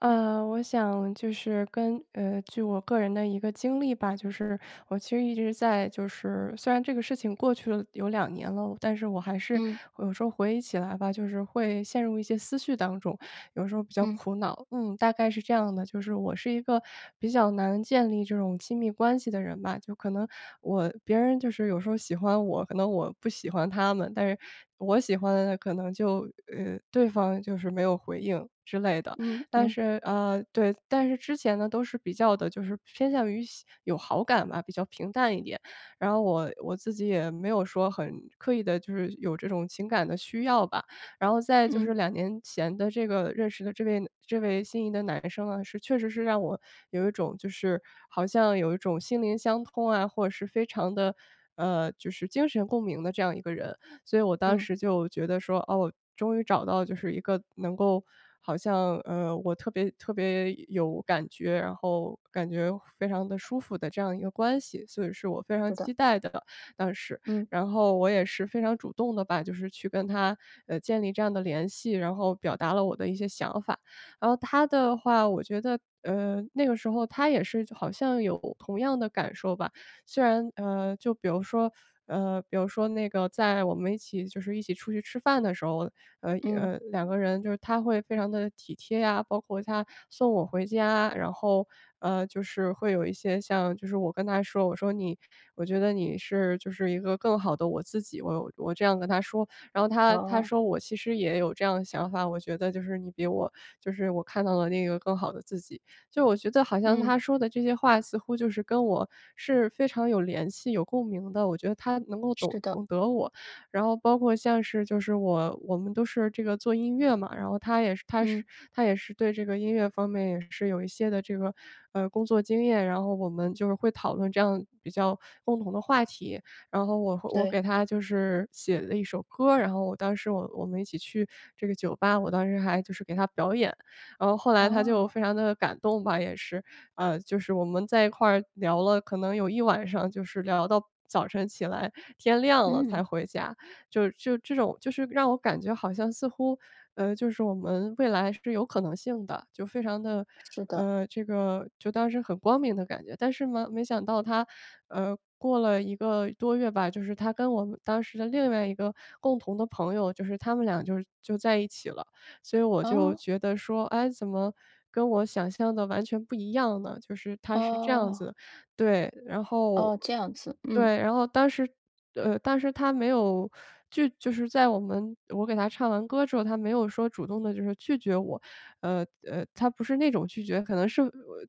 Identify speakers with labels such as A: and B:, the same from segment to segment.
A: 我想就是跟据我个人的一个经历吧，就是我其实一直在，就是虽然这个事情过去了有两年了，但是我还是
B: 嗯
A: 有时候回忆起来吧，就是会陷入一些思绪当中，有时候比较
B: 嗯
A: 苦恼。嗯，大概是这样的，就是我是一个比较难建立这种亲密关系的人吧，就可能别人就是有时候喜欢我，可能我不喜欢他们，但是我喜欢的可能就对方就是没有回应之类的。
B: 嗯
A: 但
B: 嗯
A: 是对，但是之前呢，都是比较的，就是偏向于喜有好感吧，比较平淡一点。然后我自己也没有说很刻意的，就是有这种情感的需要吧。然后在就
B: 嗯
A: 是2年前的这个认识的这位心仪的男生啊，是确实是让我有一种就是好像有一种心灵相通啊，或者是非常的就是精神共鸣的这样一个人。所以我当
B: 嗯，
A: 时就觉得说，哦，我终于找到就是一个能够好像，我特别特别有感觉，然后感觉非常的舒服的这样一个关系，所以是我非常
B: 是的，
A: 期待的，当时。
B: 嗯
A: 然后我也是非常主动的吧，就是去跟他，建立这样的联系，然后表达了我的一些想法。然后他的话，我觉得，那个时候他也是好像有同样的感受吧，虽然就比如说那个在我们一起就是一起出去吃饭的时候，
B: 嗯，
A: 2个人就是他会非常的体贴呀，包括他送我回家，然后，就是会有一些像就是我跟他说，我说："我觉得你是就是一个更好的我自己。"我这样跟他说，然后他
B: 哦，
A: 说："我其实也有这样的想法，我觉得就是你比我就是我看到了那个更好的自己。"就我觉得好像
B: 嗯，
A: 他说的这些话，似乎就是跟我是非常有联系、有共鸣的。我觉得他能够
B: 是
A: 懂
B: 的，
A: 懂得我，然后包括像是就是我们都是这个做音乐嘛，然后他也是他
B: 嗯，
A: 是他也是对这个音乐方面也是有一些的这个工作经验，然后我们就是会讨论这样比较共同的话题，然后我
B: 对，
A: 给他就是写了一首歌，然后我当时我们一起去这个酒吧，我当时还就是给他表演，然后后来他就
B: 哦，
A: 非常的感动吧，也是，就是我们在一块儿聊了可能有一晚上，就是聊到早晨起来，天亮了才
B: 嗯，
A: 回家。就这种就是让我感觉好像似乎，就是我们未来是有可能性的，就非常的，
B: 是的，
A: 这个就当时很光明的感觉。但是嘛，没想到他，过了一个多月吧，就是他跟我们当时的另外一个共同的朋友，就是他们俩就在一起了。所以我就
B: 哦
A: 觉得说，哎，怎么跟我想象的完全不一样呢？就是它是这样子
B: 哦
A: 的，对，然后
B: 哦，这样子，嗯
A: 对，然后当时他没有就是在我给他唱完歌之后，他没有说主动的，就是拒绝我，他不是那种拒绝，可能是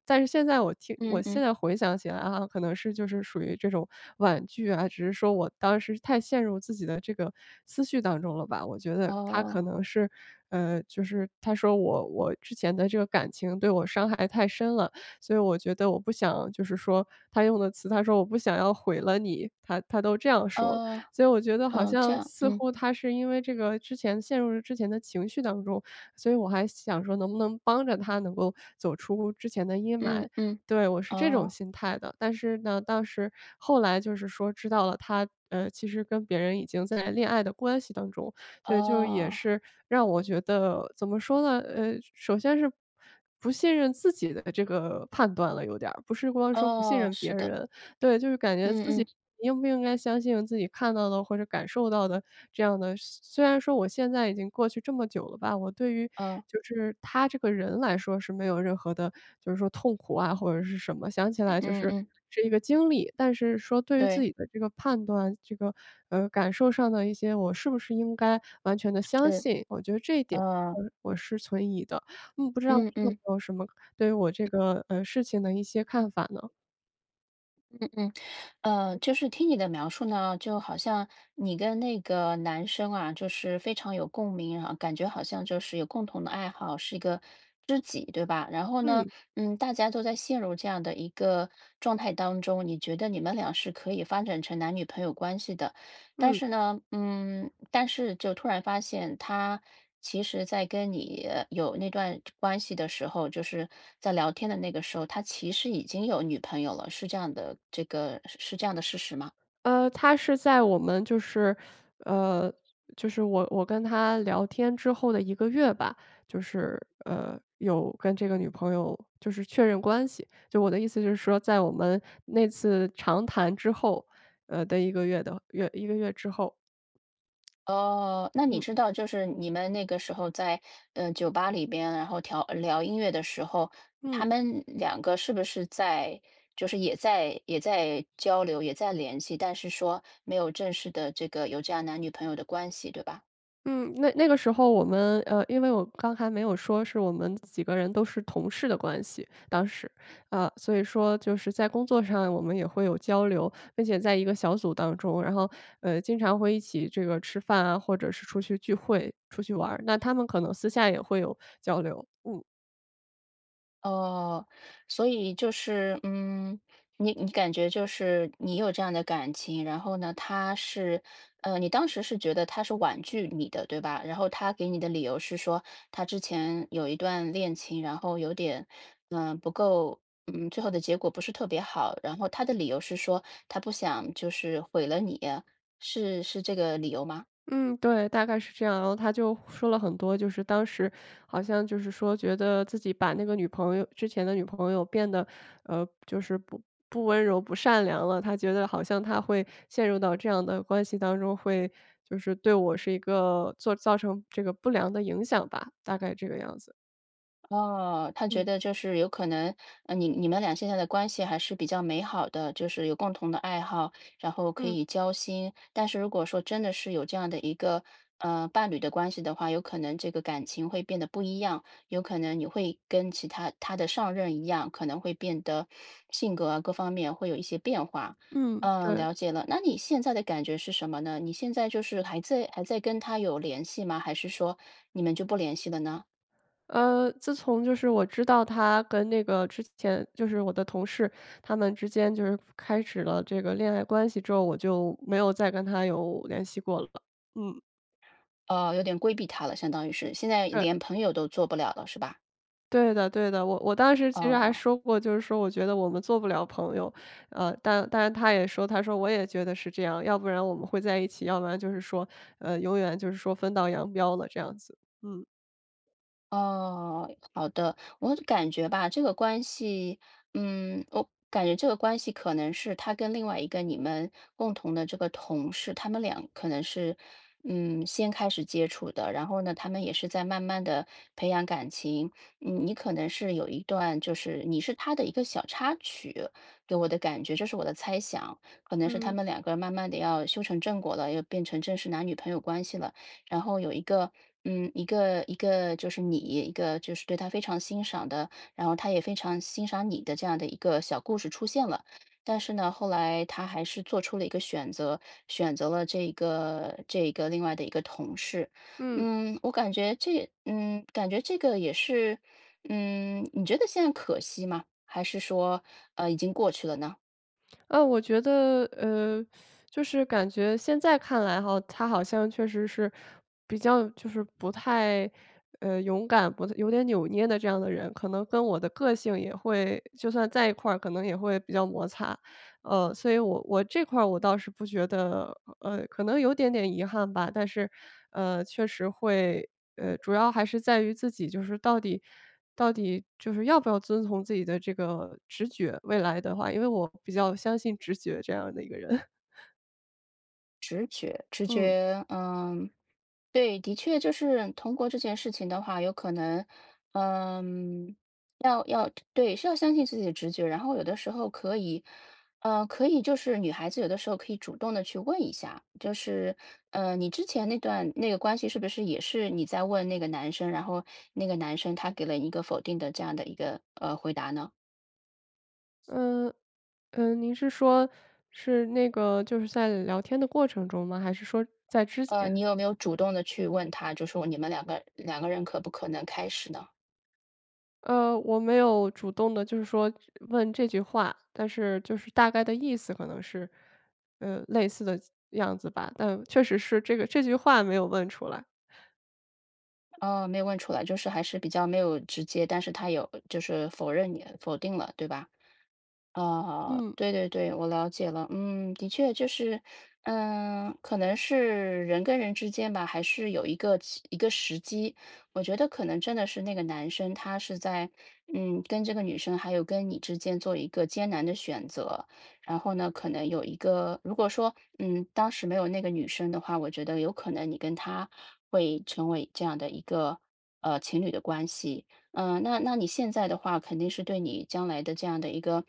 A: 但是现在我听
B: 嗯
A: 我现
B: 嗯，
A: 在回想起来啊，可能是就是属于这种婉拒啊，只是说我当时太陷入自己的这个思绪当中了吧。我觉得他可
B: 哦
A: 能是，就是他说我之前的这个感情对我伤害太深了，所以我觉得我不想就是说他用的词，他说："我不想要毁了你。"他都这样说了。
B: 哦
A: 所以我觉得好
B: 哦，这
A: 像
B: 样，
A: 似
B: 嗯
A: 乎他是因为这个之前陷入了之前的情绪当中，所以我还想说能不能帮着他能够走出之前的阴
B: 嗯
A: 霾。
B: 嗯，
A: 对，我是这种
B: 哦
A: 心态的。但是呢，当时后来就是说知道了他，其实跟别人已经在恋爱的关系当中了，所以就也
B: 哦
A: 是让我觉得怎么说呢？首先是不信任自己的这个判断了有点儿，不是光说不信
B: 哦，
A: 任
B: 是
A: 别
B: 的，
A: 人，对，就是感觉自
B: 嗯
A: 己
B: 嗯
A: 应不应该相信自己看到的或者感受到的这样的。虽然说我现在已经过去这么久了吧，我对于
B: 哦
A: 就是他这个人来说是没有任何的，就是说痛苦啊或者是什么，想起来就
B: 嗯
A: 是
B: 嗯，
A: 是一个经历。但是说对于自
B: 对，
A: 己的这个判断，这个，感受上的一些我是不是应该完全的相
B: 对
A: 信，我觉得这一点
B: 呃，
A: 我是存疑的。嗯，不知道你
B: 嗯嗯。
A: 有
B: 嗯
A: 没有什么对于我这个，事情的一些看法呢？
B: 嗯嗯，就是听你的描述呢，就好像你跟那个男生啊，就是非常有共鸣啊，然后感觉好像就是有共同的爱好，是一个知己，对吧？然后呢，
A: 嗯，
B: 嗯，大家都在陷入这样的一个状态当中，你觉得你们俩是可以发展成男女朋友关系的。但
A: 嗯。
B: 是呢，嗯，但是就突然发现他其实在跟你有那段关系的时候，就是在聊天的那个时候，他其实已经有女朋友了，是这样的，这个是这样的事实吗？
A: 他是在我们就是，呃，就是我跟他聊天之后的一个月吧，就是，有跟这个女朋友就是确认关系。就我的意思就是说，在我们那次长谈之后，的一个月的月一个月之后。
B: 哦，那你
A: 嗯，
B: 知道，就是你们那个时候在嗯酒吧里边，然后调聊音乐的时候，他
A: 嗯。
B: 们两个是不是在，就是也在也在交流，也在联系，但是说没有正式的这个有这样男女朋友的关系，对吧？
A: 嗯，那个时候我们因为我刚才没有说是我们几个人都是同事的关系，当时，所以说就是在工作上我们也会有交流，并且在一个小组当中，然后经常会一起这个吃饭啊，或者是出去聚会、出去玩儿，那他们可能私下也会有交流。
B: 哦，所以就是，嗯，你你感觉就是你有这样的感情，然后呢，他是，你当时是觉得他是婉拒你的，对吧？然后他给你的理由是说，他之前有一段恋情，然后有点，嗯、不够，嗯，最后的结果不是特别好。然后他的理由是说，他不想就是毁了你，是这个理由吗？
A: 嗯，对，大概是这样。然后他就说了很多，就是当时好像就是说，觉得自己把那个女朋友之前的女朋友变得，就是不温柔、不善良了。他觉得好像他会陷入到这样的关系当中，会就是对我是一个做造成这个不良的影响吧，大概这个样子。
B: 哦，他觉
A: 嗯
B: 得就是有可能，你你们俩现在的关系还是比较美好的，就是有共同的爱好，然后可
A: 嗯
B: 以交心。但是如果说真的是有这样的一个呃伴侣的关系的话，有可能这个感情会变得不一样，有可能你会跟其他他的上任一样，可能会变得性格啊各方面会有一些变化。
A: 嗯，
B: 嗯，
A: 对。
B: 了解了。那你现在的感觉是什么呢？你现在就是还在还在跟他有联系吗？还是说你们就不联系了呢？
A: 自从就是我知道他跟那个之前就是我的同事，他们之间就是开始了这个恋爱关系之后，我就没有再跟他有联系过了。嗯，
B: 哦，有点规避他了，相当于是，现在
A: 对，
B: 连朋友都做不了了，是吧？
A: 对的对的，我当时其实还
B: 哦。
A: 说过，就是说我觉得我们做不了朋友，但是他也说，他说我也觉得是这样，要不然我们会在一起，要不然就是说，永远就是说分道扬镳了这样子。嗯。
B: 哦，好的，我感觉吧，这个关系，嗯，我感觉这个关系可能是他跟另外一个你们共同的这个同事，他们俩可能是，嗯，先开始接触的，然后呢，他们也是在慢慢的培养感情，嗯，你可能是有一段，就是你是他的一个小插曲，给我的感觉，这是我的猜想，可能是他
A: 嗯
B: 们两个慢慢的要修成正果了，要变成正式男女朋友关系了。然后有一个，嗯，一个就是你，一个就是对他非常欣赏的，然后他也非常欣赏你的这样的一个小故事出现了。但是呢，后来他还是做出了一个选择，选择了这个另外的一个同事。
A: 嗯。
B: 嗯，我感觉这，嗯，感觉这个也是，嗯，你觉得现在可惜吗？还是说，已经过去了呢？
A: 我觉得，就是感觉现在看来哈，他好像确实是比较就是不太，勇敢，不有点扭捏的这样的人，可能跟我的个性也会就算在一块儿，可能也会比较摩擦。所以我这块儿我倒是不觉得，可能有点点遗憾吧，但是，确实会，主要还是在于自己就是到底就是要不要遵从自己的这个直觉，未来的话，因为我比较相信直觉这样的一个人。
B: 直觉，直
A: 嗯，嗯
B: 觉，嗯。对，的确就是通过这件事情的话，有可能，嗯，要对，是要相信自己的直觉，然后有的时候可以，可以就是女孩子有的时候可以主动的去问一下，就是，你之前那段那个关系是不是也是你在问那个男生，然后那个男生他给了你一个否定的这样的一个回答呢？
A: 嗯。您是说是那个就是在聊天的过程中吗？还是说在之前？
B: 你有没有主动的去问他，就说你们两个人可不可能开始呢？
A: 我没有主动的，就是说问这句话，但是就是大概的意思可能是，类似的样子吧，但确实是这句话没有问出来。
B: 哦，没有问出来，就是还是比较没有直接，但是他有就是否认你，否定了，对吧？啊，
A: 嗯，
B: 对对对，我了解了。嗯，的确就是，嗯，可能是人跟人之间吧，还是有一个一个时机。我觉得可能真的是那个男生，他是在，嗯，跟这个女生还有跟你之间做一个艰难的选择。然后呢，可能有一个，如果说，嗯，当时没有那个女生的话，我觉得有可能你跟他会成为这样的一个，情侣的关系。嗯，那你现在的话，肯定是对你将来的这样的一个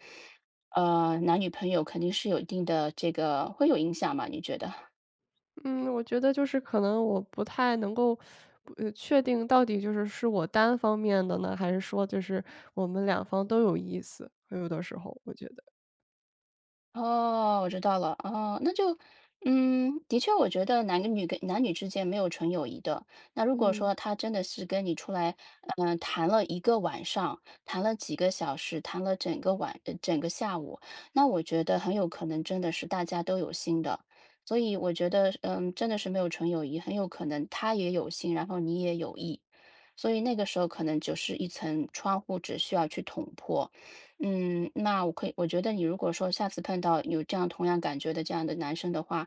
B: 男女朋友肯定是有一定的这个会有影响嘛？你觉得？
A: 嗯，我觉得就是可能我不太能够，确定到底是我单方面的呢，还是说就是我们两方都有意思，有的时候我觉得。
B: 哦，我知道了。哦，那就，嗯，的确，我觉得男跟女跟男女之间没有纯友谊的。那如果
A: 嗯，
B: 说他真的是跟你出来，嗯、谈了一个晚上，谈了几个小时，谈了整个晚，呃整个下午，那我觉得很有可能真的是大家都有心的。所以我觉得，嗯，真的是没有纯友谊，很有可能他也有心，然后你也有意。所以那个时候可能就是一层窗户纸需要去捅破。嗯，那我可以我觉得你如果说下次碰到有这样同样感觉的这样的男生的话，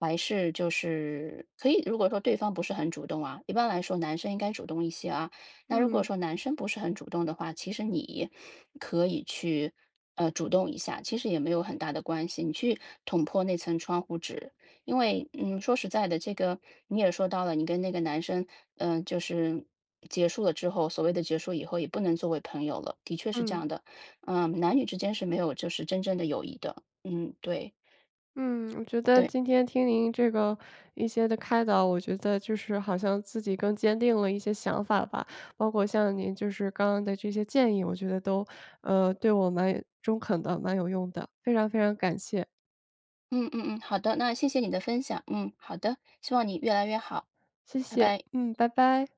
B: 还是就是可以，如果说对方不是很主动啊，一般来说男生应该主动一些啊。那如果
A: 嗯，
B: 说男生不是很主动的话，其实你可以去主动一下，其实也没有很大的关系。你去捅破那层窗户纸，因为嗯，说实在的，这个你也说到了，你跟那个男生，嗯、就是结束了之后，所谓的结束以后也不能作为朋友了，的确是这
A: 嗯。
B: 样的。嗯，男女之间是没有就是真正的友谊的。嗯，对
A: 嗯，我觉得
B: 对，
A: 今天听您这个一些的开导，我觉得就是好像自己更坚定了一些想法吧。包括像您就是刚刚的这些建议，我觉得都对我蛮中肯的，蛮有用的。非常非常感谢，
B: 嗯嗯嗯，好的，那谢谢你的分享，嗯，好的，希望你越来越好，
A: 谢
B: 拜
A: 谢。
B: 拜。
A: 嗯，拜拜。